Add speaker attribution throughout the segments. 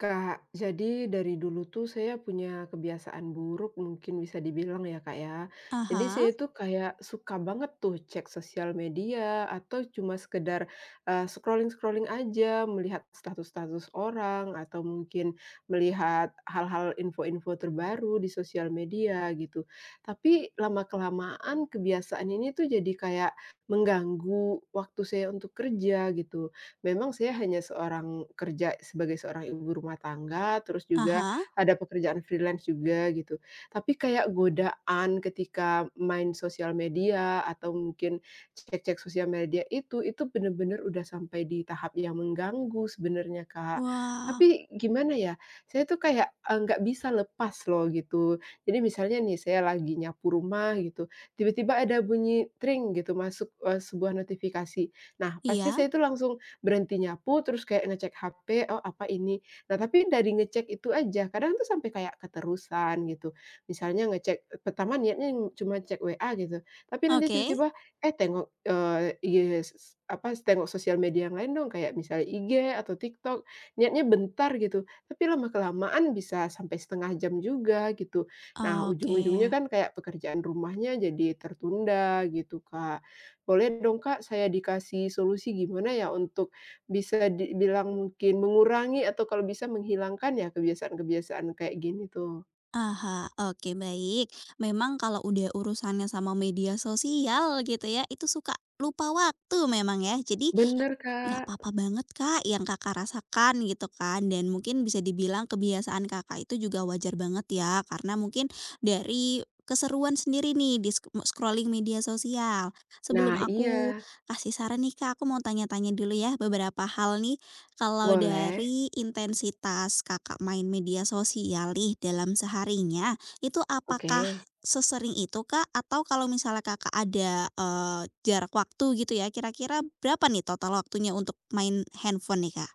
Speaker 1: Kak, jadi dari dulu tuh saya punya kebiasaan buruk mungkin bisa dibilang ya Kak ya. Jadi
Speaker 2: Aha
Speaker 1: saya tuh kayak suka banget tuh cek sosial media atau cuma sekedar scrolling-scrolling aja, melihat status-status orang atau mungkin melihat hal-hal info-info terbaru di sosial media gitu. Tapi lama-kelamaan kebiasaan ini tuh jadi kayak mengganggu waktu saya untuk kerja gitu. Memang saya hanya seorang kerja sebagai seorang ibu rumah tangga, terus juga
Speaker 2: aha.
Speaker 1: ada pekerjaan freelance juga gitu. Tapi kayak godaan ketika main sosial media atau mungkin cek-cek sosial media itu bener-bener udah sampai di tahap yang mengganggu sebenarnya, Kak.
Speaker 2: Wah,
Speaker 1: Tapi gimana ya, saya tuh kayak, nggak bisa lepas loh gitu. Jadi misalnya nih saya lagi nyapu rumah gitu, tiba-tiba ada bunyi, tring gitu masuk, sebuah notifikasi. Nah, pasti
Speaker 2: iya,
Speaker 1: saya itu langsung berhenti nyapu, terus kayak ngecek HP, "Oh, apa ini?" Nah, tapi dari ngecek itu aja, kadang tuh sampai kayak keterusan gitu. Misalnya ngecek pertama niatnya cuma cek WA gitu, tapi nanti
Speaker 2: oke,
Speaker 1: tiba-tiba, IG tengok sosial media yang lain dong, kayak misalnya IG atau TikTok, niatnya bentar gitu, tapi lama-kelamaan bisa sampai 30 menit juga gitu. Nah,
Speaker 2: oke.
Speaker 1: ujung-ujungnya kan kayak pekerjaan rumahnya jadi tertunda gitu, Kak. Boleh dong, Kak, saya dikasih solusi gimana ya untuk bisa dibilang mungkin mengurangi atau kalau bisa menghilangkan ya kebiasaan-kebiasaan kayak gini tuh.
Speaker 2: Aha, oke, baik. Memang kalau udah urusannya sama media sosial gitu ya, itu suka lupa waktu memang ya. Jadi
Speaker 1: Bener,
Speaker 2: nggak
Speaker 1: Kak.
Speaker 2: apa-apa banget, Kak, yang Kakak rasakan gitu kan, dan mungkin bisa dibilang kebiasaan Kakak itu juga wajar banget ya, karena mungkin dari keseruan sendiri nih di scrolling media sosial.
Speaker 1: Nah
Speaker 2: Sebelum aku
Speaker 1: iya,
Speaker 2: kasih saran nih, Kak, aku mau tanya-tanya dulu ya beberapa hal nih. Kalau
Speaker 1: boleh,
Speaker 2: dari intensitas Kakak main media sosial nih dalam seharinya, itu apakah
Speaker 1: oke.
Speaker 2: sesering itu Kak, atau kalau misalnya Kakak ada, jarak waktu gitu ya, kira-kira berapa nih total waktunya untuk main handphone nih, Kak?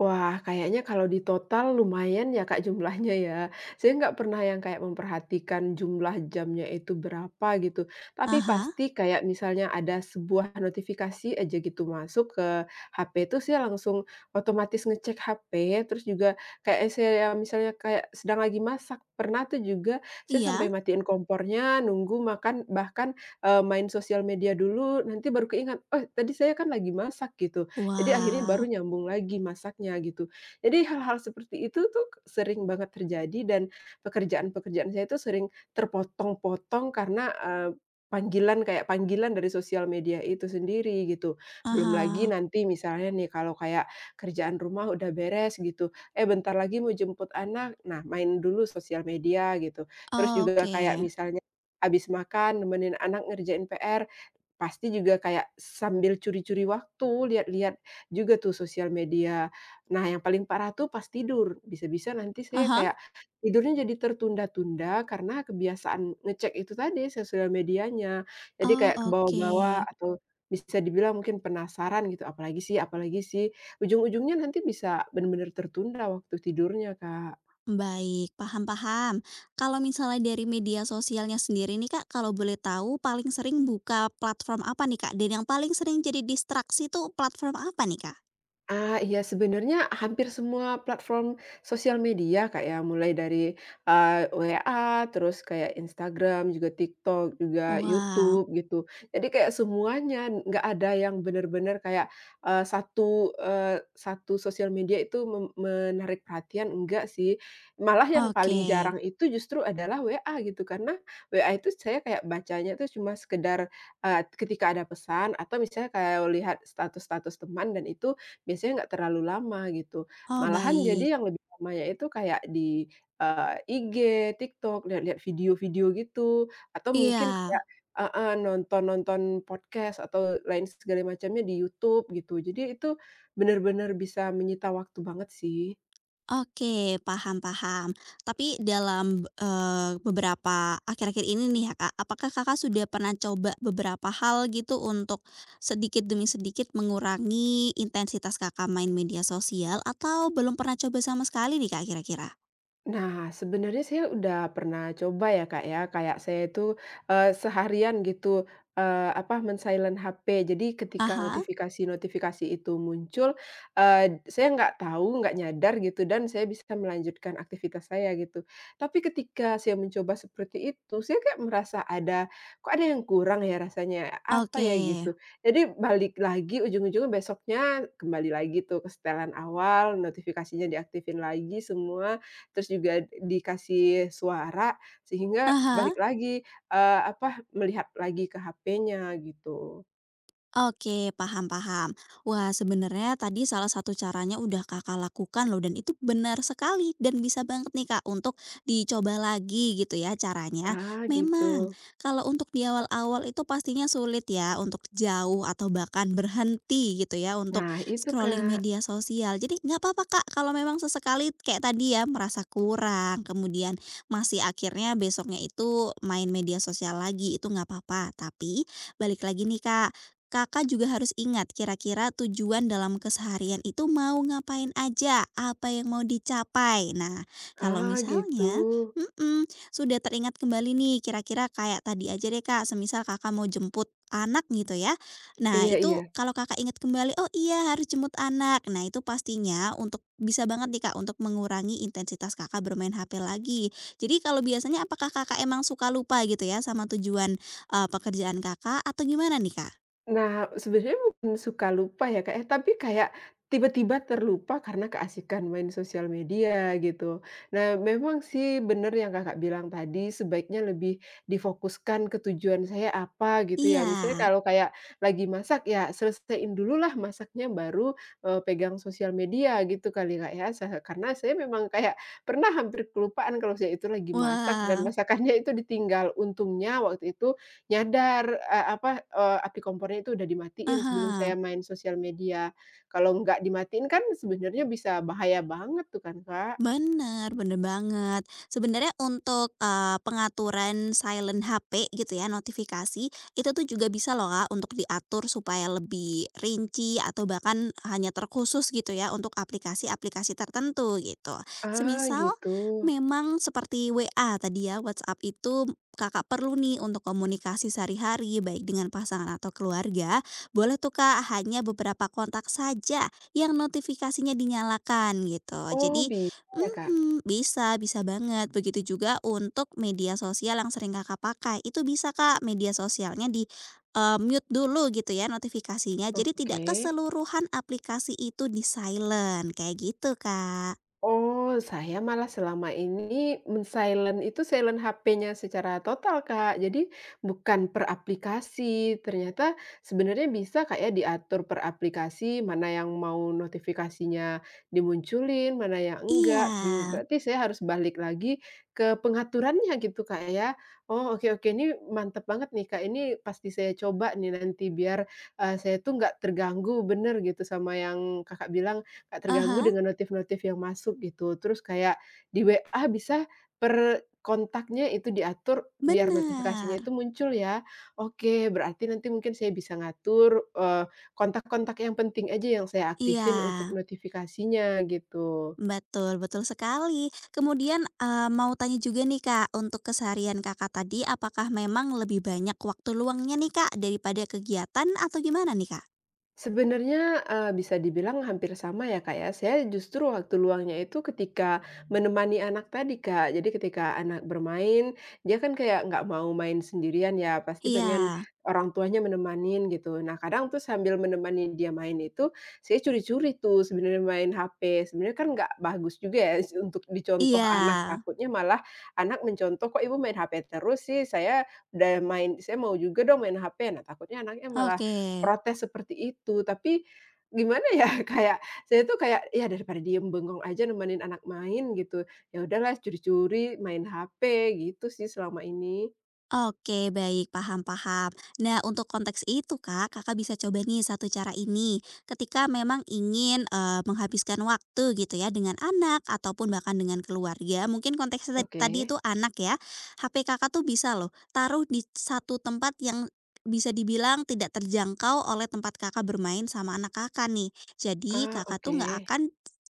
Speaker 1: Wah, kayaknya kalau di total lumayan ya Kak jumlahnya ya. Saya nggak pernah yang kayak memperhatikan jumlah jamnya itu berapa gitu. Tapi
Speaker 2: Ah hah,
Speaker 1: pasti kayak misalnya ada sebuah notifikasi aja gitu masuk ke HP itu saya langsung otomatis ngecek HP, terus juga kayak saya misalnya kayak sedang lagi masak, pernah tuh juga saya
Speaker 2: iya.
Speaker 1: sampai matiin kompornya, nunggu makan, bahkan, main sosial media dulu, nanti baru keingat, "Oh, tadi saya kan lagi masak," gitu. Jadi akhirnya baru
Speaker 2: Wah.
Speaker 1: nyambung lagi masaknya gitu. Jadi hal-hal seperti itu tuh sering banget terjadi dan pekerjaan-pekerjaan saya itu sering terpotong-potong karena, panggilan kayak panggilan dari sosial media itu sendiri gitu.
Speaker 2: Ah
Speaker 1: Belum lagi
Speaker 2: hah.
Speaker 1: nanti misalnya nih kalau kayak kerjaan rumah udah beres gitu, "Eh, bentar lagi mau jemput anak." Nah, main dulu sosial media gitu. Terus juga
Speaker 2: Oke.
Speaker 1: kayak misalnya habis makan nemenin anak ngerjain PR. Pasti juga kayak sambil curi-curi waktu, lihat-lihat juga tuh sosial media. Nah, yang paling parah tuh pas tidur, bisa-bisa nanti
Speaker 2: Ah
Speaker 1: saya
Speaker 2: hah.
Speaker 1: kayak tidurnya jadi tertunda-tunda karena kebiasaan ngecek itu tadi, sosial medianya. Jadi
Speaker 2: Oh,
Speaker 1: kayak
Speaker 2: oke.
Speaker 1: kebawa-bawa atau bisa dibilang mungkin penasaran gitu, apalagi sih, ujung-ujungnya nanti bisa benar-benar tertunda waktu tidurnya, Kak.
Speaker 2: Baik, paham, paham. Kalau misalnya dari media sosialnya sendiri nih Kak, kalau boleh tahu paling sering buka platform apa nih, Kak? Dan yang paling sering jadi distraksi tuh platform apa nih, Kak?
Speaker 1: Ah, iya sebenarnya hampir semua platform sosial media Kak ya, mulai dari, WA, terus kayak Instagram, juga TikTok, juga
Speaker 2: Wah,
Speaker 1: YouTube gitu. Jadi kayak semuanya, nggak ada yang benar-benar kayak, satu sosial media itu menarik perhatian, enggak sih. Malah yang
Speaker 2: oke.
Speaker 1: paling jarang itu justru adalah WA gitu, karena WA itu saya kayak bacanya itu cuma sekedar, ketika ada pesan atau misalnya kayak lihat status-status teman dan itu biasanya nggak terlalu lama gitu.
Speaker 2: Oh,
Speaker 1: Malahan jadi
Speaker 2: baik.
Speaker 1: yang lebih lamanya itu kayak di, IG, TikTok, lihat-lihat video-video gitu, atau mungkin
Speaker 2: Iya.
Speaker 1: kayak heeh, nonton-nonton podcast atau lain segala macamnya di YouTube gitu. Jadi itu bener-bener bisa menyita waktu banget sih.
Speaker 2: Oke, paham, paham. Tapi dalam, beberapa akhir-akhir ini nih ya, Kak, apakah Kakak sudah pernah coba beberapa hal gitu untuk sedikit demi sedikit mengurangi intensitas Kakak main media sosial, atau belum pernah coba sama sekali nih, Kak, kira-kira?
Speaker 1: Nah, sebenarnya saya udah pernah coba ya, Kak, ya. Kayak saya itu, seharian gitu, men-silent HP. Jadi ketika
Speaker 2: Aha.
Speaker 1: notifikasi-notifikasi itu muncul, saya nggak tahu, nggak nyadar gitu, dan saya bisa melanjutkan aktivitas saya gitu. Tapi ketika saya mencoba seperti itu, saya kayak merasa ada, "Kok ada yang kurang ya rasanya? Apa
Speaker 2: Oke.
Speaker 1: ya?" Gitu. Jadi balik lagi, ujung-ujungnya besoknya kembali lagi tuh ke setelan awal, notifikasinya diaktifin lagi semua, terus juga dikasih suara, sehingga
Speaker 2: Aha.
Speaker 1: balik lagi, eee, apa, melihat lagi ke HP-nya gitu.
Speaker 2: Oke, paham, paham. Wah, sebenarnya tadi salah satu caranya udah Kakak lakukan loh, dan itu benar sekali dan bisa banget nih Kak untuk dicoba lagi gitu ya caranya.
Speaker 1: Ah,
Speaker 2: Memang
Speaker 1: gitu.
Speaker 2: kalau untuk di awal-awal itu pastinya sulit ya untuk jauh atau bahkan berhenti gitu ya untuk
Speaker 1: Nah itu,
Speaker 2: scrolling
Speaker 1: Kak.
Speaker 2: media sosial. Jadi nggak apa-apa Kak kalau memang sesekali kayak tadi ya merasa kurang, kemudian masih akhirnya besoknya itu main media sosial lagi, itu nggak apa-apa. Tapi balik lagi nih Kak, Kakak juga harus ingat kira-kira tujuan dalam keseharian itu mau ngapain aja, apa yang mau dicapai. Nah, kalau
Speaker 1: Oh gitu.
Speaker 2: misalnya mhm, sudah teringat kembali nih kira-kira kayak tadi aja deh Kak, semisal Kakak mau jemput anak gitu ya. Nah,
Speaker 1: Iya iya.
Speaker 2: itu kalau Kakak ingat kembali, "Oh iya harus jemput anak." Nah, itu pastinya untuk bisa banget nih Kak untuk mengurangi intensitas Kakak bermain HP lagi. Jadi kalau biasanya apakah Kakak emang suka lupa gitu ya sama tujuan, pekerjaan Kakak atau gimana nih, Kak?
Speaker 1: Nah, sebenarnya bukan suka lupa ya, Kak, ya, tapi kayak tiba-tiba terlupa karena keasikan main sosial media gitu. Nah, memang sih bener yang Kakak bilang tadi, sebaiknya lebih difokuskan ke tujuan saya apa gitu ya.
Speaker 2: Iya.
Speaker 1: Misalnya kalau kayak lagi masak ya selesaiin dulu lah masaknya baru, pegang sosial media gitu kali, Kak, ya. Karena saya memang kayak pernah hampir kelupaan kalau saya itu lagi masak dan
Speaker 2: Wah,
Speaker 1: masakannya itu ditinggal. Untungnya waktu itu nyadar, api kompornya itu udah dimatiin
Speaker 2: ah
Speaker 1: sebelum
Speaker 2: hah.
Speaker 1: saya main sosial media. Kalau nggak dimatiin kan sebenarnya bisa bahaya banget tuh kan, Kak.
Speaker 2: Bener, bener banget. Sebenarnya untuk, pengaturan silent HP gitu ya, notifikasi, itu tuh juga bisa loh Kak, untuk diatur supaya lebih rinci atau bahkan hanya terkhusus gitu ya, untuk aplikasi-aplikasi tertentu gitu.
Speaker 1: Ah,
Speaker 2: Semisal
Speaker 1: gitu.
Speaker 2: memang seperti WA tadi ya, WhatsApp itu Kakak perlu nih untuk komunikasi sehari-hari, baik dengan pasangan atau keluarga, boleh tuh Kak, hanya beberapa kontak saja yang notifikasinya dinyalakan gitu.
Speaker 1: Oh,
Speaker 2: Jadi
Speaker 1: bisa ya, Kak?
Speaker 2: mhm, bisa, bisa banget. Begitu juga untuk media sosial yang sering Kakak pakai, itu bisa Kak media sosialnya di, mute dulu gitu ya notifikasinya, jadi tidak
Speaker 1: Oke.
Speaker 2: keseluruhan aplikasi itu di-silent, kayak gitu Kak.
Speaker 1: Oh, saya malah selama ini men-silent itu silent HP-nya secara total, Kak. Jadi bukan per aplikasi, ternyata sebenarnya bisa kayak diatur per aplikasi, mana yang mau notifikasinya dimunculin, mana yang
Speaker 2: Iya.
Speaker 1: enggak. Mmm, berarti saya harus balik lagi ke pengaturannya gitu, Kak, ya. Oh, oke oke, ini mantep banget nih, Kak, ini pasti saya coba nih nanti biar, saya tuh nggak terganggu bener gitu sama yang Kakak bilang kayak
Speaker 2: Ah,
Speaker 1: terganggu
Speaker 2: benar.
Speaker 1: dengan notif-notif yang masuk gitu. Terus kayak di WA bisa per kontaknya itu diatur biar notifikasinya itu muncul ya. Oke, berarti nanti mungkin saya bisa ngatur, kontak-kontak yang penting aja yang saya
Speaker 2: Iya,
Speaker 1: aktifin untuk notifikasinya gitu.
Speaker 2: betul, betul sekali. Kemudian, mau tanya juga nih Kak, untuk keseharian Kakak tadi, apakah memang lebih banyak waktu luangnya nih Kak, daripada kegiatan atau gimana nih Kak?
Speaker 1: Sebenarnya, bisa dibilang hampir sama ya, Kak, ya. Saya justru waktu luangnya itu ketika menemani anak tadi, Kak. Jadi ketika anak bermain, dia kan kayak nggak mau main sendirian ya, pasti
Speaker 2: Iya.
Speaker 1: pengen orang tuanya menemanin gitu. Nah, kadang tuh sambil menemani dia main itu, saya curi-curi tuh sebenarnya main HP. Sebenarnya kan nggak bagus juga ya untuk dicontoh
Speaker 2: Iya,
Speaker 1: anak, takutnya malah anak mencontoh, "Kok ibu main HP terus sih? Saya udah main saya mau juga dong main HP." Nah, takutnya anaknya malah
Speaker 2: oke.
Speaker 1: protes seperti itu, tapi gimana ya, kayak saya tuh kayak, ya daripada diem bengong aja nemenin anak main gitu, ya udahlah curi-curi main HP gitu sih selama ini.
Speaker 2: Oke, baik, paham, paham. Nah, untuk konteks itu, Kak, Kakak bisa coba nih satu cara ini. Ketika memang ingin, menghabiskan waktu gitu ya dengan anak ataupun bahkan dengan keluarga, mungkin konteksnya
Speaker 1: Oke.
Speaker 2: tadi itu anak ya. HP Kakak tuh bisa loh taruh di satu tempat yang bisa dibilang tidak terjangkau oleh tempat Kakak bermain sama anak Kakak nih. Jadi
Speaker 1: Ah,
Speaker 2: Kakak
Speaker 1: oke.
Speaker 2: tuh nggak akan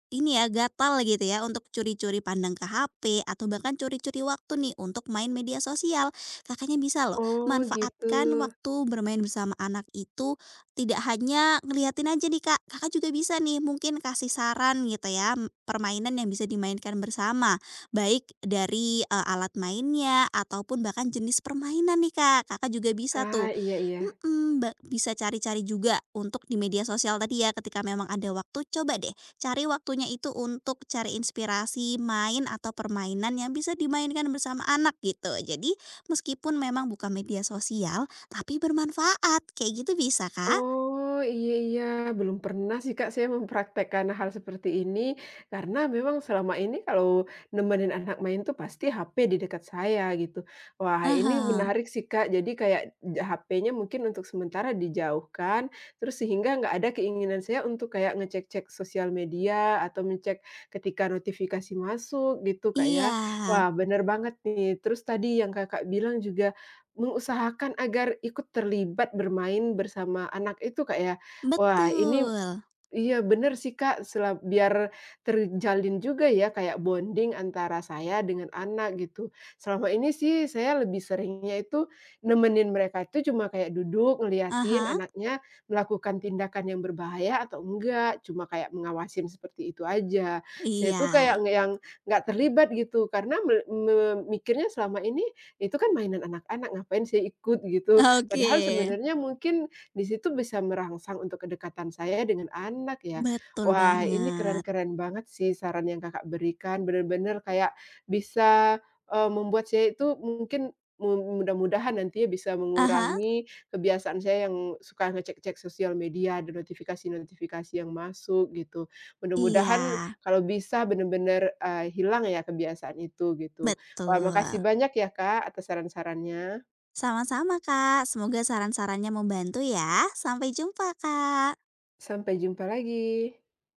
Speaker 2: ini ya, gatal gitu ya untuk curi-curi pandang ke HP atau bahkan curi-curi waktu nih untuk main media sosial. Kakaknya bisa loh
Speaker 1: Oh gitu.
Speaker 2: manfaatkan waktu bermain bersama anak itu, tidak hanya ngeliatin aja nih, Kak. Kakak juga bisa nih mungkin kasih saran gitu ya, permainan yang bisa dimainkan bersama. Baik dari eh, alat mainnya ataupun bahkan jenis permainan nih, Kak. Kakak juga bisa
Speaker 1: Ah,
Speaker 2: tuh
Speaker 1: iya iya.
Speaker 2: mm-mm, bisa cari-cari juga untuk di media sosial tadi ya, ketika memang ada waktu coba deh cari waktunya itu untuk cari inspirasi, main atau permainan yang bisa dimainkan bersama anak gitu. Jadi, meskipun memang bukan media sosial, tapi bermanfaat. Kayak gitu bisa, Kak?
Speaker 1: Oh, iya iya, belum pernah sih, Kak, saya mempraktekkan hal seperti ini, karena memang selama ini kalau nemenin anak main tuh pasti HP di dekat saya gitu. Wah, ini
Speaker 2: Aha,
Speaker 1: menarik sih, Kak, jadi kayak HP-nya mungkin untuk sementara dijauhkan, terus sehingga nggak ada keinginan saya untuk kayak ngecek-cek sosial media atau ngecek ketika notifikasi masuk gitu, Kak, ya.
Speaker 2: iya,
Speaker 1: Wah, bener banget nih, terus tadi yang Kakak bilang juga mengusahakan agar ikut terlibat bermain bersama anak itu, Kak, ya. Wah, ini
Speaker 2: betul.
Speaker 1: iya bener sih Kak, biar terjalin juga ya kayak bonding antara saya dengan anak gitu. Selama ini sih saya lebih seringnya itu nemenin mereka itu cuma kayak duduk ngeliatin
Speaker 2: Aha,
Speaker 1: anaknya melakukan tindakan yang berbahaya atau enggak, cuma kayak mengawasin seperti itu aja. Saya tuh
Speaker 2: iya.
Speaker 1: kayak nge yang nggak terlibat gitu karena me me mikirnya selama ini itu kan mainan anak-anak ngapain saya ikut gitu.
Speaker 2: Oke,
Speaker 1: Padahal sebenarnya mungkin di situ bisa merangsang untuk kedekatan saya dengan anak ya.
Speaker 2: betul
Speaker 1: Wah, ini
Speaker 2: banget.
Speaker 1: keren-keren banget sih saran yang Kakak berikan, bener-bener kayak bisa, membuat saya itu mungkin mudah-mudahan nantinya bisa
Speaker 2: Aha,
Speaker 1: mengurangi kebiasaan saya yang suka ngecek-cek sosial media dan notifikasi-notifikasi yang masuk gitu.
Speaker 2: iya,
Speaker 1: Mudah-mudahan kalau bisa bener-bener, hilang ya kebiasaan itu gitu. Wah, makasih
Speaker 2: betul.
Speaker 1: banyak ya Kak atas saran-sarannya.
Speaker 2: Sama-sama, Kak. Semoga saran-sarannya membantu ya. Sampai jumpa, Kak.
Speaker 1: Sampai jumpa lagi.